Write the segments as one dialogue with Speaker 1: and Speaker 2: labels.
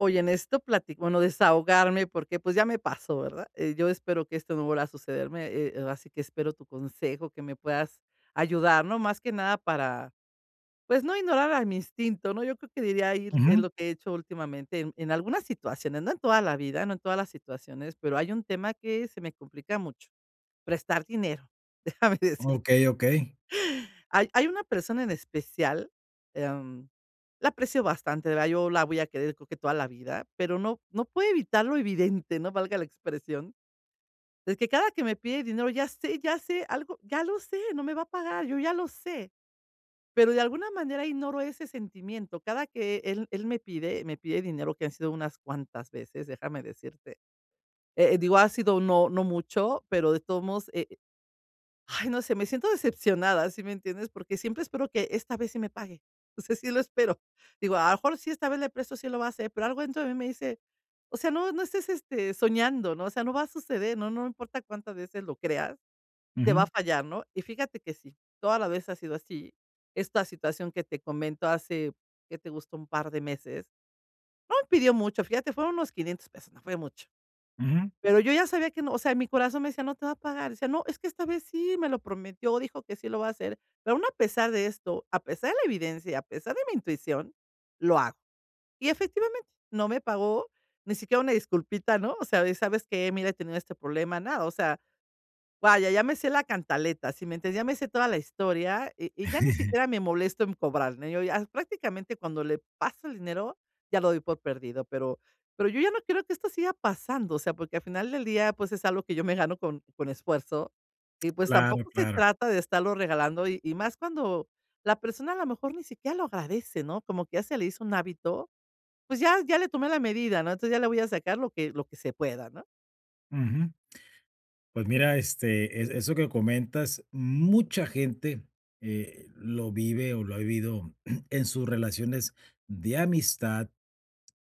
Speaker 1: Oye, necesito plati bueno, desahogarme porque, pues, ya me pasó, ¿verdad? Yo espero que esto no vuelva a sucederme, así que espero tu consejo, que me puedas ayudar, ¿no? Más que nada para, pues, no ignorar a mi instinto, ¿no? Yo creo que diría ahí es
Speaker 2: Ujú.
Speaker 1: lo que he hecho últimamente en algunas situaciones, no en toda la vida, no en todas las situaciones, pero hay un tema que se me complica mucho, prestar dinero. Déjame decirte.
Speaker 2: Okey, okey.
Speaker 1: Hay una persona en especial, em, la aprecio bastante, de verdad, yo la voy a querer, creo que toda la vida, pero no puedo evitar lo evidente, ¿no?, valga la expresión. Es que cada que me pide dinero, ya sé algo, ya lo sé, no me va a pagar, yo ya lo sé, pero de alguna manera ignoro ese sentimiento. Cada que él me pide dinero, que han sido unas cuantas veces, déjame decirte, digo, ha sido no mucho, pero de todos modos, ay, no sé, me siento decepcionada, ¿sí me entiendes? Porque siempre espero que esta vez sí me pague. O sea, sí lo espero. Digo, a lo mejor sí esta vez le presto, sí lo va a hacer, pero algo dentro de mí me dice, o sea, no, no estés este, soñando, ¿no? O sea, no va a suceder, no, no importa cuántas veces lo creas, te va a
Speaker 2: Ujú,
Speaker 1: fallar, ¿no? Y fíjate que sí, toda la vez ha sido así. Esta situación que te comento hace, que te gustó un par de meses, no me pidió mucho, fíjate, fueron unos 500 pesos, no fue mucho.
Speaker 2: ujú.
Speaker 1: Pero yo ya sabía que no, o sea, mi corazón me decía: "No te va a pagar". Decía: "No, es que esta vez sí me lo prometió, dijo que sí lo va a hacer". Pero aún a pesar de esto, a pesar de la evidencia, a pesar de mi intuición, lo hago. Y efectivamente, no me pagó, ni siquiera una disculpita, ¿no? O sea, de: "¿Sabes que mira, he tenido este problema", nada. O sea, vaya, ya me sé la cantaleta, Si me entiendes? Ya me sé toda la historia y ya ni siquiera me molesto en cobrar, ¿no? Yo ya prácticamente cuando le paso el dinero, ya lo doy por perdido, pero yo ya no quiero que esto siga pasando, o sea, porque al final del día, pues, es algo que yo me gano con esfuerzo y, pues,
Speaker 2: Claro,
Speaker 1: tampoco se
Speaker 2: claro.
Speaker 1: trata de estarlo regalando y más cuando la persona a lo mejor ni siquiera lo agradece, ¿no? Como que ya se le hizo un hábito, pues, ya le tomé la medida, ¿no? Entonces, ya le voy a sacar lo que se pueda, ¿no?
Speaker 2: Ujú. Pues mira, es eso que comentas, mucha gente, lo vive o lo ha vivido en sus relaciones de amistad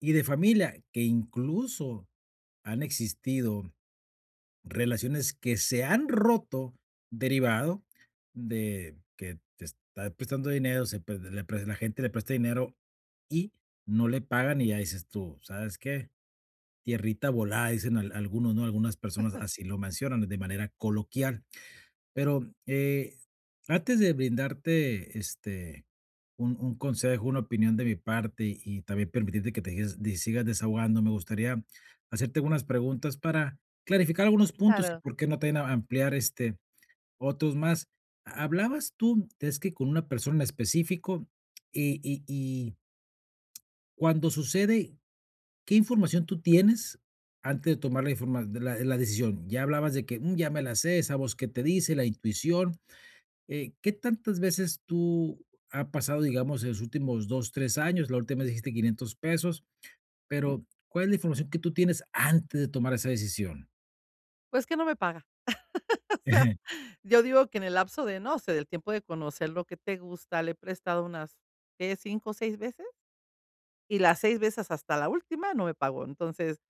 Speaker 2: y de familia, que incluso han existido relaciones que se han roto derivado de que te está prestando dinero, se pre le pre la gente le presta dinero y no le pagan y ya dices tú: "¿Sabes qué? Tierrita volada", dicen al algunos, ¿no? Algunas personas así lo mencionan de manera coloquial. Pero, antes de brindarte, un consejo, una opinión de mi parte y también permitirte que te sigas desahogando, me gustaría hacerte algunas preguntas para clarificar algunos puntos y
Speaker 1: Claro,
Speaker 2: por qué no también a ampliar, otros más. Hablabas tú, es que con una persona en específico y cuando sucede, ¿qué información tú tienes antes de tomar la informa de la la decisión? Ya hablabas de que, ya me la sé, esa voz que te dice, la intuición, ¿qué tantas veces tú ha pasado, digamos, en los últimos 2, 3 años? La última vez dijiste quinientos pesos, pero, ¿cuál es la información que tú tienes antes de tomar esa decisión?
Speaker 1: pues que no me paga. O sea, yo digo que en el lapso de, no sé, del tiempo de conocer lo que te gusta, le he prestado unas, ¿qué? 5 o 6 veces, y las seis veces hasta la última no me pagó. Entonces,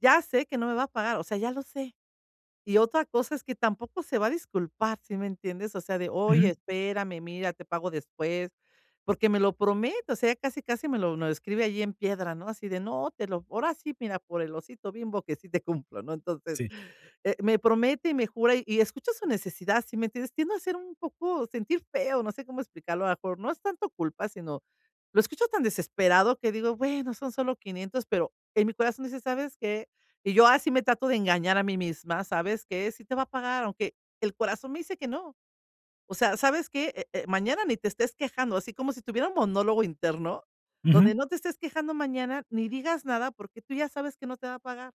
Speaker 1: ya sé que no me va a pagar, o sea, ya lo sé. Y otra cosa es que tampoco se va a disculpar, ¿sí me entiendes? O sea, de: "Oye,
Speaker 2: Ujú,
Speaker 1: espérame, mira, te pago después", porque me lo promete, o sea, casi, casi me lo escribe allí en piedra, ¿no? Así de: "No, te lo ahora sí, mira, por el osito Bimbo que sí te cumplo", ¿no? Entonces,
Speaker 2: sí,
Speaker 1: me promete y me jura, y escucho su necesidad, ¿sí me entiendes? Tiendo a ser un poco sentir feo, no sé cómo explicarlo, a lo mejor no es tanto culpa, sino lo escucho tan desesperado que digo: "Bueno, son solo 500", pero en mi corazón dice: "¿Sabes qué? Y yo así me trato de engañar a mí misma, ¿sabes qué? Sí te va a pagar, aunque el corazón me dice que no. O sea, ¿sabes qué? Mañana ni te estés quejando, así como si tuviera un monólogo interno,
Speaker 2: ujú,
Speaker 1: donde no te estés quejando mañana ni digas nada porque tú ya sabes que no te va a pagar.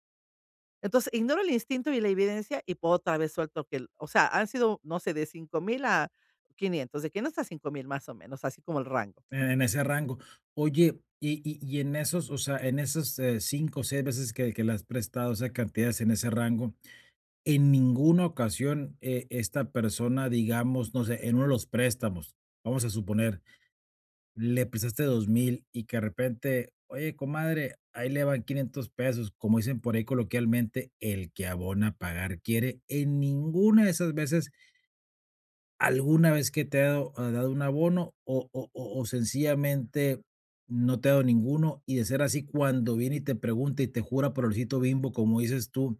Speaker 1: Entonces, ignoro el instinto y la evidencia y puedo otra vez suelto que, o sea, han sido, no sé, de 5,000 a 500 de 500 a 5,000 más o menos, así como el rango.
Speaker 2: en ese rango. Oye, y en esos, o sea, en esos, 5 o 6 veces que le has prestado esas cantidades en ese rango. En ninguna ocasión, esta persona, digamos, no sé, en uno de los préstamos, vamos a suponer, le prestaste 2,000 y que de repente, oye, comadre, ahí le van 500 pesos, como dicen por ahí coloquialmente, el que abona pagar quiere. En ninguna de esas veces, alguna vez que te ha dado un abono o sencillamente no te ha dado ninguno y de ser así, cuando viene y te pregunta y te jura por el osito Bimbo, como dices tú,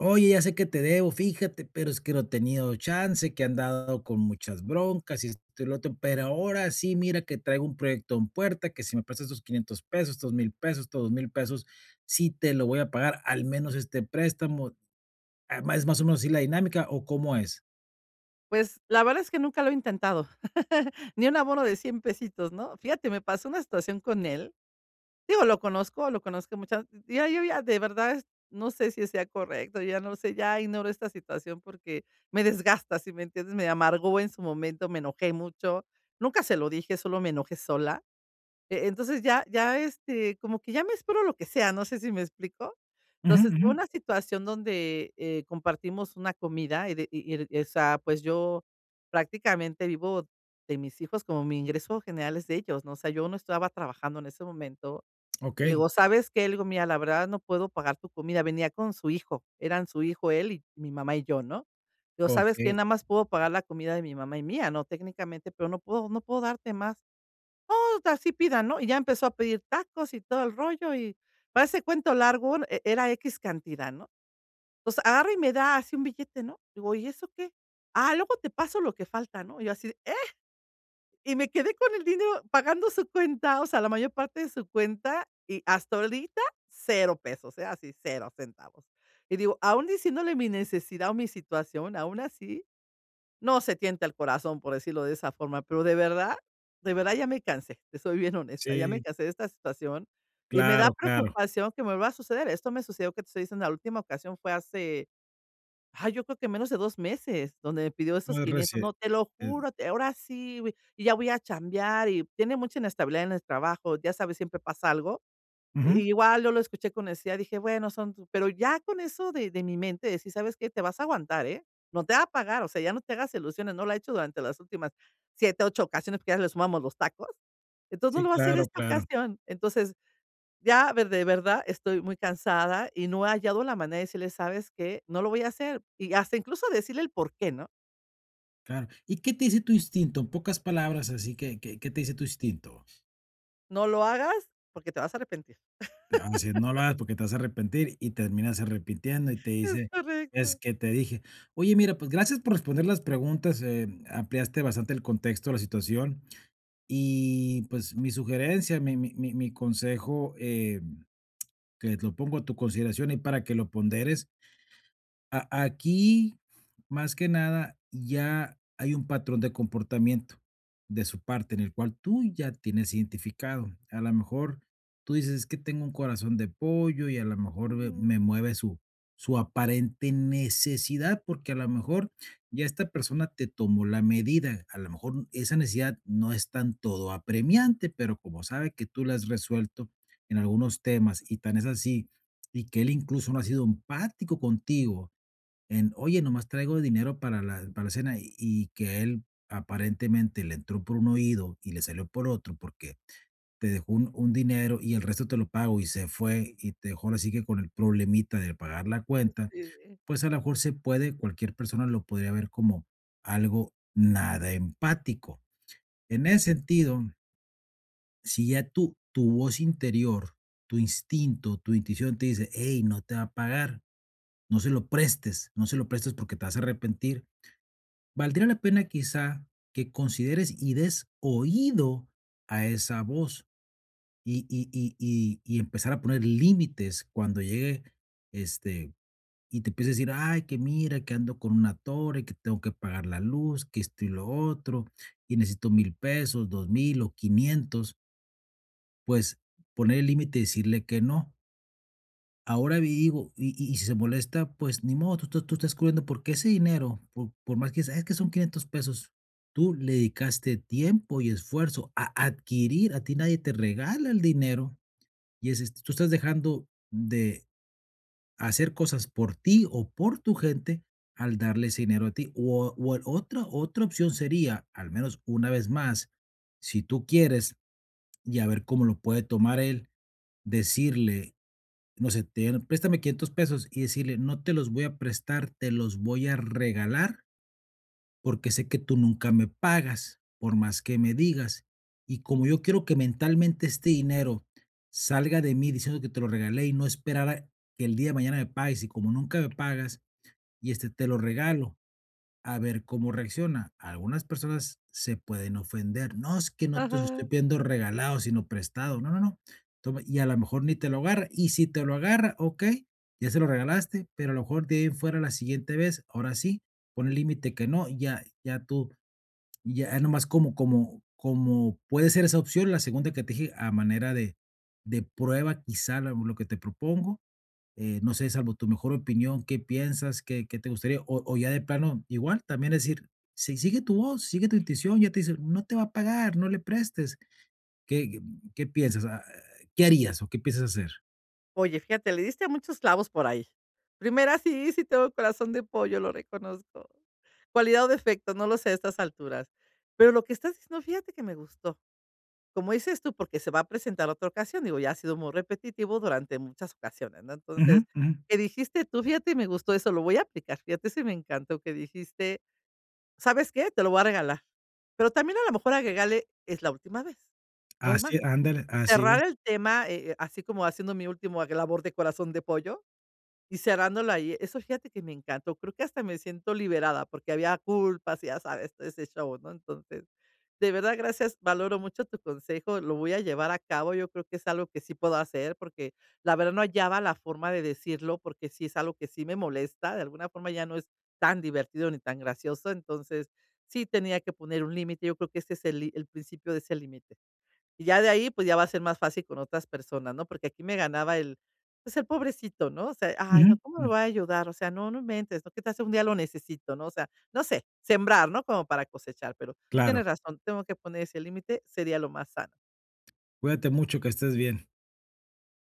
Speaker 2: oye, ya sé que te debo, fíjate, pero es que no he tenido chance, que he andado con muchas broncas y esto y lo otro, pero ahora sí, mira que traigo un proyecto en puerta, que si me prestas estos 500 pesos, estos 1000 pesos, estos 2000 pesos, sí te lo voy a pagar, al menos este préstamo. Además, ¿es más o menos así la dinámica o cómo es?
Speaker 1: Pues la verdad es que nunca lo he intentado, ni un abono de 100 pesitos, ¿no? Fíjate, me pasó una situación con él. Digo, lo conozco muchas ya yo ya de verdad es no sé si sea correcto, ya no sé, ya ignoro esta situación porque me desgasta, si me entiendes? Me amargó en su momento, me enojé mucho. Nunca se lo dije, solo me enojé sola. Entonces ya, este, como que ya me espero lo que sea, no sé si me explico.
Speaker 2: Ujú,
Speaker 1: Entonces,
Speaker 2: ujú.
Speaker 1: una situación donde, compartimos una comida y de y o sea, pues yo prácticamente vivo de mis hijos como mi ingreso general es de ellos, ¿no? O sea, yo no estaba trabajando en ese momento, y le
Speaker 2: Okey,
Speaker 1: digo: "¿Sabes qué?", le digo: "Mira, la verdad no puedo pagar tu comida". Venía con su hijo, eran su hijo, él y mi mamá y yo, ¿no? Le digo: "¿Sabes qué?
Speaker 2: okey.
Speaker 1: Nada más puedo pagar la comida de mi mamá y mía, ¿no? Técnicamente, pero no puedo darte más". No, así pidan, ¿no? Y ya empezó a pedir tacos y todo el rollo, y para ese cuento largo, e era x cantidad, ¿no? Entonces agarra y me da así un billete, ¿no? Digo: "¿Y eso qué?". "Ah, luego te paso lo que falta", ¿no? Y yo así y me quedé con el dinero pagando su cuenta, o sea, la mayor parte de su cuenta, y hasta ahorita cero pesos, ¿eh? Así, cero centavos. Y digo, aún diciéndole mi necesidad o mi situación, aún así, no se tienta el corazón, por decirlo de esa forma, pero de verdad ya me cansé, te soy bien honesta, ya me
Speaker 2: Sí,
Speaker 1: cansé de esta situación y me da
Speaker 2: claro, claro.
Speaker 1: preocupación que me va a suceder. Esto me sucedió, que te estoy diciendo, la última ocasión fue hace ah, yo creo que menos de 2 meses, donde me pidió esos
Speaker 2: No es
Speaker 1: 500. No,
Speaker 2: recie
Speaker 1: te lo
Speaker 2: eh,
Speaker 1: juro, te ahora sí, güey, y ya voy a chambear, y tiene mucha inestabilidad en el trabajo, ya sabes, siempre pasa algo.
Speaker 2: Ujú.
Speaker 1: Igual yo lo escuché con necesidad, dije: "Bueno, son tu", pero ya con eso de mi mente decir: "¿Sabes qué? Te vas a aguantar, ¿eh? No te va a pagar, o sea, ya no te hagas ilusiones", no lo ha hecho durante las últimas 7, 8 ocasiones, porque ya le sumamos los tacos. Entonces, no
Speaker 2: Sí,
Speaker 1: lo va a hacer
Speaker 2: claro,
Speaker 1: esta
Speaker 2: claro,
Speaker 1: ocasión. Entonces ya, ver de verdad estoy muy cansada y no he hallado la manera de decirle: "¿Sabes que no lo voy a hacer". Y hasta incluso decirle el por qué, ¿no?
Speaker 2: claro. ¿Y qué te dice tu instinto? En pocas palabras, así, ¿qué te dice tu instinto?
Speaker 1: No lo hagas porque te vas a arrepentir.
Speaker 2: Así es, no lo hagas porque te vas a arrepentir y terminas arrepintiendo y te
Speaker 1: Es
Speaker 2: dice, es
Speaker 1: correcto.
Speaker 2: que te dije. Oye, mira, pues gracias por responder las preguntas, ampliaste bastante el contexto de la situación y pues mi sugerencia, mi consejo, que lo pongo a tu consideración y para que lo ponderes, a aquí, más que nada, ya hay un patrón de comportamiento de su parte, en el cual tú ya tienes identificado. A lo mejor tú dices: "Es que tengo un corazón de pollo", y a lo mejor me
Speaker 1: Ujú.
Speaker 2: me mueve su su aparente necesidad, porque a lo mejor ya esta persona te tomó la medida. A lo mejor esa necesidad no es tan todo apremiante, pero como sabe que tú la has resuelto en algunos temas, y tan es así, y que él incluso no ha sido empático contigo, en, oye, nomás traigo dinero para para la cena y que él aparentemente le entró por un oído y le salió por otro porque te dejó un dinero y el resto te lo pago y se fue y te dejó así que con el problemita de pagar la cuenta,
Speaker 1: Sí.
Speaker 2: pues a lo mejor se puede, cualquier persona lo podría ver como algo nada empático. En ese sentido, si ya tú, tu voz interior, tu instinto, tu intuición te dice, hey, no te va a pagar, no se lo prestes, no se lo prestes porque te vas a arrepentir. Valdría la pena quizá que consideres y des oído a esa voz y empezar a poner límites cuando llegue, este, y te empiece a decir: "Ay, que mira, que ando con una torre que tengo que pagar la luz, que esto y lo otro, y necesito mil pesos, dos mil o quinientos". Pues, poner el límite y decirle que no. Ahora vi Digo, y si se molesta, pues ni modo, tú estás cubriendo, porque ese dinero, por más que sabes que son 500 pesos, tú le dedicaste tiempo y esfuerzo a adquirir, a ti nadie te regala el dinero, y es tú estás dejando de hacer cosas por ti o por tu gente al darle ese dinero a ti, o el otra opción sería, al menos una vez más, si tú quieres, y a ver cómo lo puede tomar él, decirle, no sé, te dieron, préstame 500 pesos, y decirle, no te los voy a prestar, te los voy a regalar porque sé que tú nunca me pagas, por más que me digas. Y como yo quiero que mentalmente este dinero salga de mí diciendo que te lo regalé y no esperar a que el día de mañana me pagues, y como nunca me pagas, y este te lo regalo. A ver cómo reacciona. Algunas personas se pueden ofender. No, es que no te los estoy
Speaker 1: Ajá.
Speaker 2: pidiendo regalado, sino prestado. No, no, no. Toma, y a lo mejor ni te lo agarra. Y si te lo agarra, ok, ya se lo regalaste, pero a lo mejor de ahí en fuera la siguiente vez, ahora sí, pon el límite que no, ya, ya tú, ya nomás como, como, como puede ser esa opción, la segunda que te dije, a manera de prueba, quizá lo que te propongo, no sé, salvo tu mejor opinión, ¿qué piensas? Qué te gustaría? O ya de plano, igual también decir, si sigue tu voz, sigue tu intuición, ya te dice, no te va a pagar, no le prestes. ¿Qué, qué, qué piensas? Ah, ¿qué harías o qué piensas hacer?
Speaker 1: Oye, fíjate, le diste a muchos clavos por ahí. Primera, sí, sí tengo corazón de pollo, lo reconozco. Cualidad o defecto, no lo sé a estas alturas. Pero lo que estás diciendo, fíjate que me gustó. Como dices tú, porque se va a presentar otra ocasión, digo, ya ha sido muy repetitivo durante muchas ocasiones, ¿no?
Speaker 2: Ujú,
Speaker 1: Entonces,
Speaker 2: ujú.
Speaker 1: que dijiste tú, fíjate, me gustó eso, lo voy a aplicar, fíjate si me encantó que dijiste, ¿sabes qué? Te lo voy a regalar. Pero también a lo mejor agregarle, es la última vez, no hay más.
Speaker 2: Así, ándale, así es.
Speaker 1: Cerrar el tema, así como haciendo mi último labor de corazón de pollo, y cerrándolo ahí, eso fíjate que me encantó, creo que hasta me siento liberada, porque había culpas y ya sabes, todo ese show, ¿no? Entonces, de verdad, gracias, valoro mucho tu consejo, lo voy a llevar a cabo, yo creo que es algo que sí puedo hacer, porque la verdad no hallaba la forma de decirlo, porque sí es algo que sí me molesta, de alguna forma ya no es tan divertido ni tan gracioso, entonces sí tenía que poner un límite, yo creo que este es el principio de ese límite. Y ya de ahí, pues, ya va a ser más fácil con otras personas, ¿no? Porque aquí me ganaba el, pues, el pobrecito, ¿no? O sea, ay,
Speaker 2: Ujú,
Speaker 1: no, ¿cómo me
Speaker 2: ujú.
Speaker 1: va a ayudar? O sea, no, no inventes, ¿no? ¿Qué tal si un día lo necesito, no? O sea, no sé, sembrar, ¿no? Como para cosechar, pero
Speaker 2: Claro,
Speaker 1: tienes razón, tengo que poner ese límite, sería lo más sano.
Speaker 2: cuídate mucho, que estés bien.